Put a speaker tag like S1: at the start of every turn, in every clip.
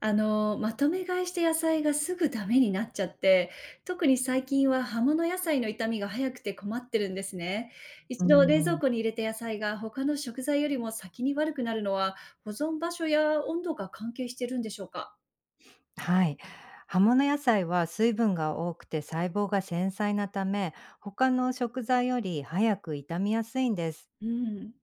S1: まとめ買いして野菜がすぐダメになっちゃって、特に最近は葉物野菜の傷みが早くて困ってるんですね。
S2: うー
S1: 一度冷蔵
S2: ん、
S1: 庫に入れた野菜が他の食材よりも先に悪くなるのは、保存場所や温度が関係してるんでしょうか？
S2: はい。葉物野菜は水分が多くて細胞が繊細なため、他の食材より早く傷みやすいんです。
S1: うん。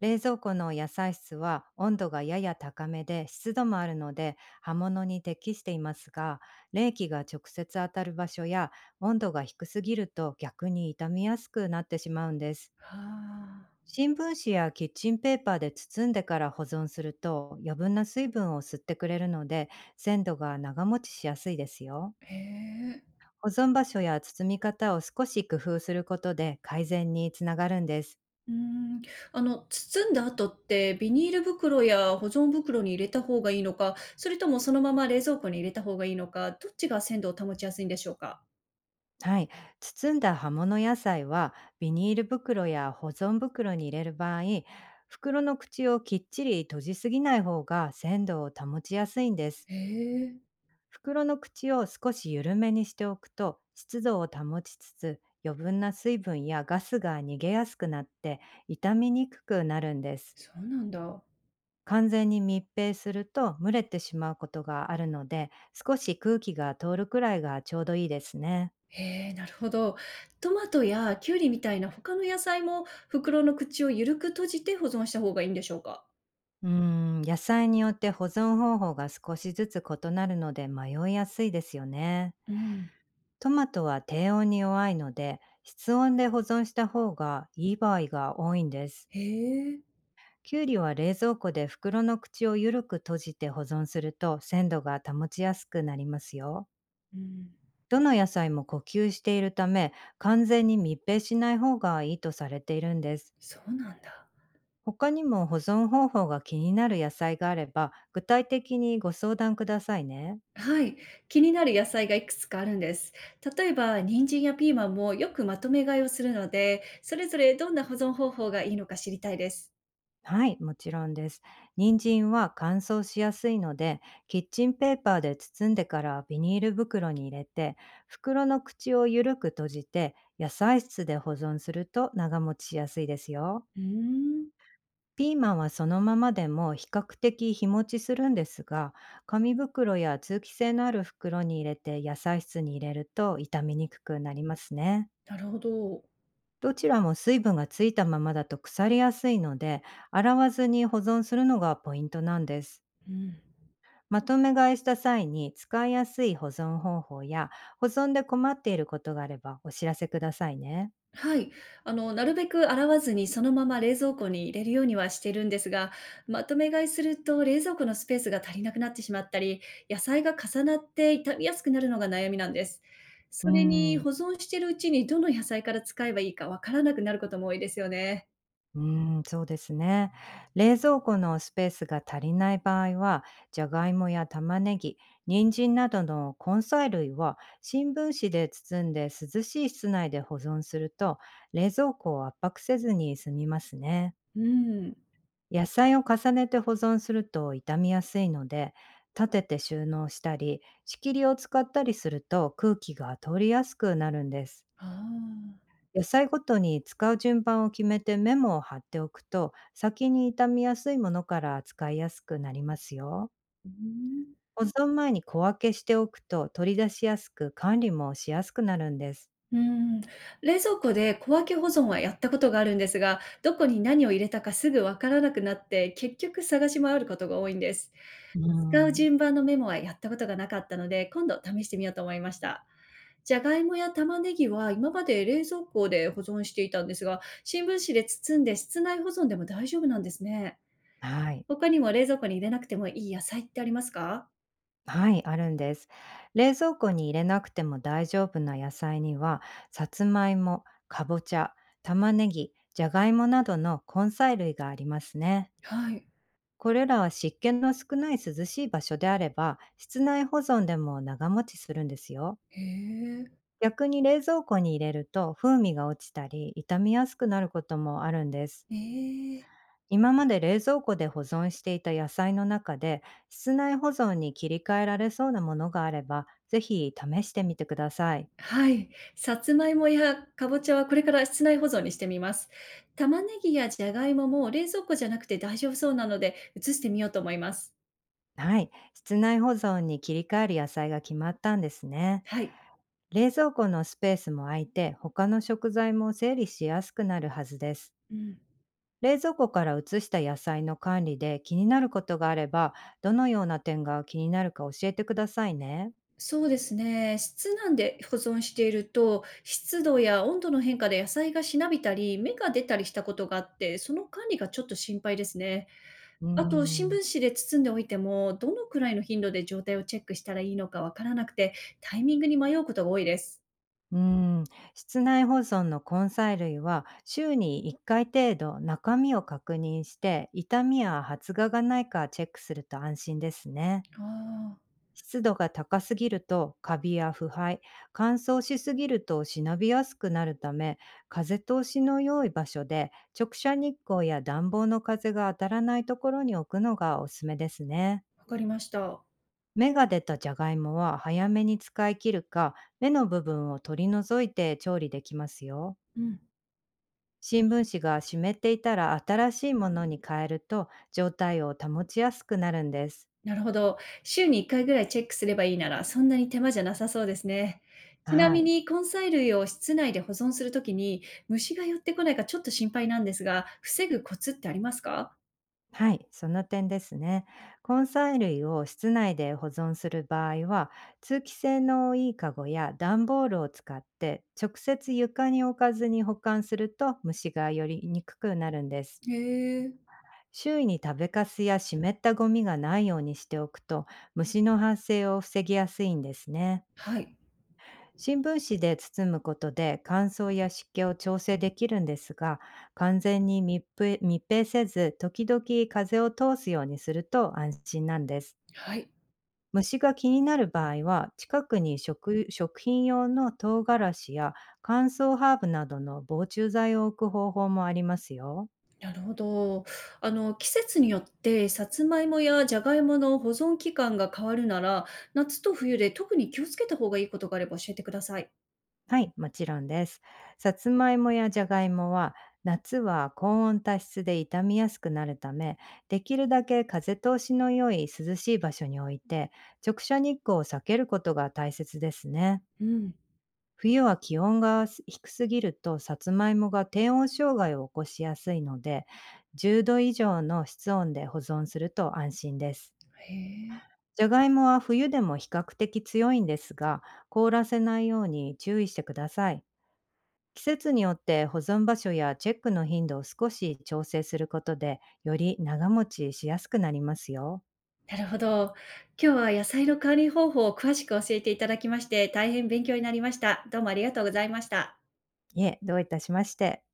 S2: 冷蔵庫の野菜室は温度がやや高めで湿度もあるので葉物に適していますが、冷気が直接当たる場所や温度が低すぎると逆に傷みやすくなってしまうんです。
S1: あ
S2: 新聞紙やキッチンペーパーで包んでから保存すると余分な水分を吸ってくれるので鮮度が長持ちしやすいですよ。
S1: あ、へえ。
S2: 保存場所や包み方を少し工夫することで改善につながるんです。
S1: うん。包んだ後ってビニール袋や保存袋に入れた方がいいのか、それともそのまま冷蔵庫に入れた方がいいのか、どっちが鮮度を保ちやすいんでしょうか？
S2: はい。包んだ葉物野菜はビニール袋や保存袋に入れる場合、袋の口をきっちり閉じすぎない方が鮮度を保ちやすいんです。
S1: へえ。
S2: 袋の口を少し緩めにしておくと湿度を保ちつつ余分な水分やガスが逃げやすくなって傷みにくくなるんです。
S1: そうなんだ。
S2: 完全に密閉すると蒸れてしまうことがあるので少し空気が通るくらいがちょうどいいですね。
S1: へえ、なるほど。トマトやキュウリみたいな他の野菜も袋の口を緩く閉じて保存した方がいいんでしょうか？
S2: 野菜によって保存方法が少しずつ異なるので迷いやすいですよね。
S1: うん。
S2: トマトは低温に弱いので室温で保存した方がいい場合が多いんです。
S1: へえ。
S2: きゅうりは冷蔵庫で袋の口を緩く閉じて保存すると鮮度が保ちやすくなりますよ。
S1: うん。
S2: どの野菜も呼吸しているため完全に密閉しない方がいいとされているんです。
S1: そうなんだ。
S2: 他にも保存方法が気になる野菜があれば具体的にご相談くださいね。
S1: はい。気になる野菜がいくつかあるんです。例えば、人参やピーマンもよくまとめ買いをするので、それぞれどんな保存方法がいいのか知りたいです。
S2: はい、もちろんです。人参は乾燥しやすいので、キッチンペーパーで包んでからビニール袋に入れて、袋の口を緩く閉じて、野菜室で保存すると長持ちしやすいですよ。
S1: うーん。
S2: ピーマンはそのままでも比較的日持ちするんですが、紙袋や通気性のある袋に入れて野菜室に入れると傷みにくくなりますね。
S1: なるほど。
S2: どちらも水分がついたままだと腐りやすいので、洗わずに保存するのがポイントなんです。
S1: うん。
S2: まとめ買いした際に使いやすい保存方法や、保存で困っていることがあればお知らせくださいね。
S1: はい。なるべく洗わずにそのまま冷蔵庫に入れるようにはしてるんですが、まとめ買いすると冷蔵庫のスペースが足りなくなってしまったり、野菜が重なって傷みやすくなるのが悩みなんです。
S2: う
S1: それに
S2: ん、
S1: 保存してるうちにどの野菜から使えばいいかわからなくなることも多いですよね。
S2: うん、そうですね。冷蔵庫のスペースが足りない場合は、じゃがいもや玉ねぎ、人参などの根菜類は新聞紙で包んで涼しい室内で保存すると、冷蔵庫を圧迫せずに済みますね。
S1: うん。
S2: 野菜を重ねて保存すると傷みやすいので、立てて収納したり、仕切りを使ったりすると空気が通りやすくなるんです。
S1: ああ。
S2: 野菜ごとに使う順番を決めてメモを貼っておくと、先に傷みやすいものから使いやすくなりますよ。
S1: うん。
S2: 保存前に小分けしておくと取り出しやすく管理もしやすくなるんです。
S1: うん。冷蔵庫で小分け保存はやったことがあるんですが、どこに何を入れたかすぐわからなくなって、結局探し回ることが多いんです。
S2: うー
S1: 使う順
S2: ん。
S1: 番のメモはやったことがなかったので、今度試してみようと思いました。じゃがいもや玉ねぎは今まで冷蔵庫で保存していたんですが、新聞紙で包んで室内保存でも大丈夫なんですね。
S2: はい。
S1: 他にも冷蔵庫に入れなくてもいい野菜ってありますか？
S2: はい、あるんです。冷蔵庫に入れなくても大丈夫な野菜には、さつまいも、かぼちゃ、玉ねぎ、じゃがいもなどの根菜類がありますね。
S1: はい。
S2: これらは湿気の少ない涼しい場所であれば、室内保存でも長持ちするんですよ。
S1: へえ。
S2: 逆に冷蔵庫に入れると風味が落ちたり、傷みやすくなることもあるんです。
S1: ええ。
S2: 今まで冷蔵庫で保存していた野菜の中で、室内保存に切り替えられそうなものがあれば、ぜひ試してみてください。
S1: はい。さつまいもやかぼちゃはこれから室内保存にしてみます。玉ねぎやじゃがいもも冷蔵庫じゃなくて大丈夫そうなので移してみようと思います。
S2: はい、室内保存に切り替える野菜が決まったんですね。
S1: はい。
S2: 冷蔵庫のスペースも空いて、他の食材も整理しやすくなるはずです。
S1: うん。
S2: 冷蔵庫から移した野菜の管理で気になることがあれば、どのような点が気になるか教えてくださいね。
S1: そうですね。室内で保存していると、湿度や温度の変化で野菜がしなびたり、芽が出たりしたことがあって、その管理がちょっと心配ですね。
S2: うー
S1: あと、新聞
S2: ん。
S1: 紙で包んでおいても、どのくらいの頻度で状態をチェックしたらいいのかわからなくて、タイミングに迷うことが多いです。
S2: うーん、室内保存の根菜類は週に1回程度中身を確認して傷みや発芽がないかチェックすると安心ですね。
S1: ああ、
S2: 湿度が高すぎるとカビや腐敗、乾燥しすぎると忍びやすくなるため、風通しの良い場所で直射日光や暖房の風が当たらないところに置くのがおすすめですね。
S1: わかりました。
S2: 芽が出たじゃがいもは早めに使い切るか、芽の部分を取り除いて調理できますよ。
S1: うん。
S2: 新聞紙が湿っていたら新しいものに変えると状態を保ちやすくなるんです。
S1: なるほど。週に1回ぐらいチェックすればいいなら、そんなに手間じゃなさそうですね。ちな
S2: は
S1: み
S2: い。
S1: に、根菜類を室内で保存するときに、虫が寄ってこないかちょっと心配なんですが、防ぐコツってありますか？
S2: はい、その点ですね。根菜類を室内で保存する場合は、通気性のいいカゴや段ボールを使って直接床に置かずに保管すると虫が寄りにくくなるんです。
S1: へえ。
S2: 周囲に食べかすや湿ったゴミがないようにしておくと、虫の発生を防ぎやすいんですね。
S1: はい。
S2: 新聞紙で包むことで乾燥や湿気を調整できるんですが、完全に密閉せず、時々風を通すようにすると安心なんです。
S1: はい。
S2: 虫が気になる場合は、近くに食品用の唐辛子や乾燥ハーブなどの防虫剤を置く方法もありますよ。
S1: なるほど。季節によって、さつまいもやじゃがいもの保存期間が変わるなら、夏と冬で特に気をつけた方がいいことがあれば教えてください。
S2: はい、もちろんです。さつまいもやじゃがいもは、夏は高温多湿で傷みやすくなるため、できるだけ風通しの良い涼しい場所に置いて、直射日光を避けることが大切ですね。
S1: うん。
S2: 冬は気温が低すぎると、さつまいもが低温障害を起こしやすいので、10度以上の室温で保存すると安心です。
S1: へえ。
S2: じゃがいもは冬でも比較的強いんですが、凍らせないように注意してください。季節によって保存場所やチェックの頻度を少し調整することで、より長持ちしやすくなりますよ。
S1: なるほど。今日は野菜の管理方法を詳しく教えていただきまして、大変勉強になりました。どうもありがとうございました。
S2: いえ、どういたしまして。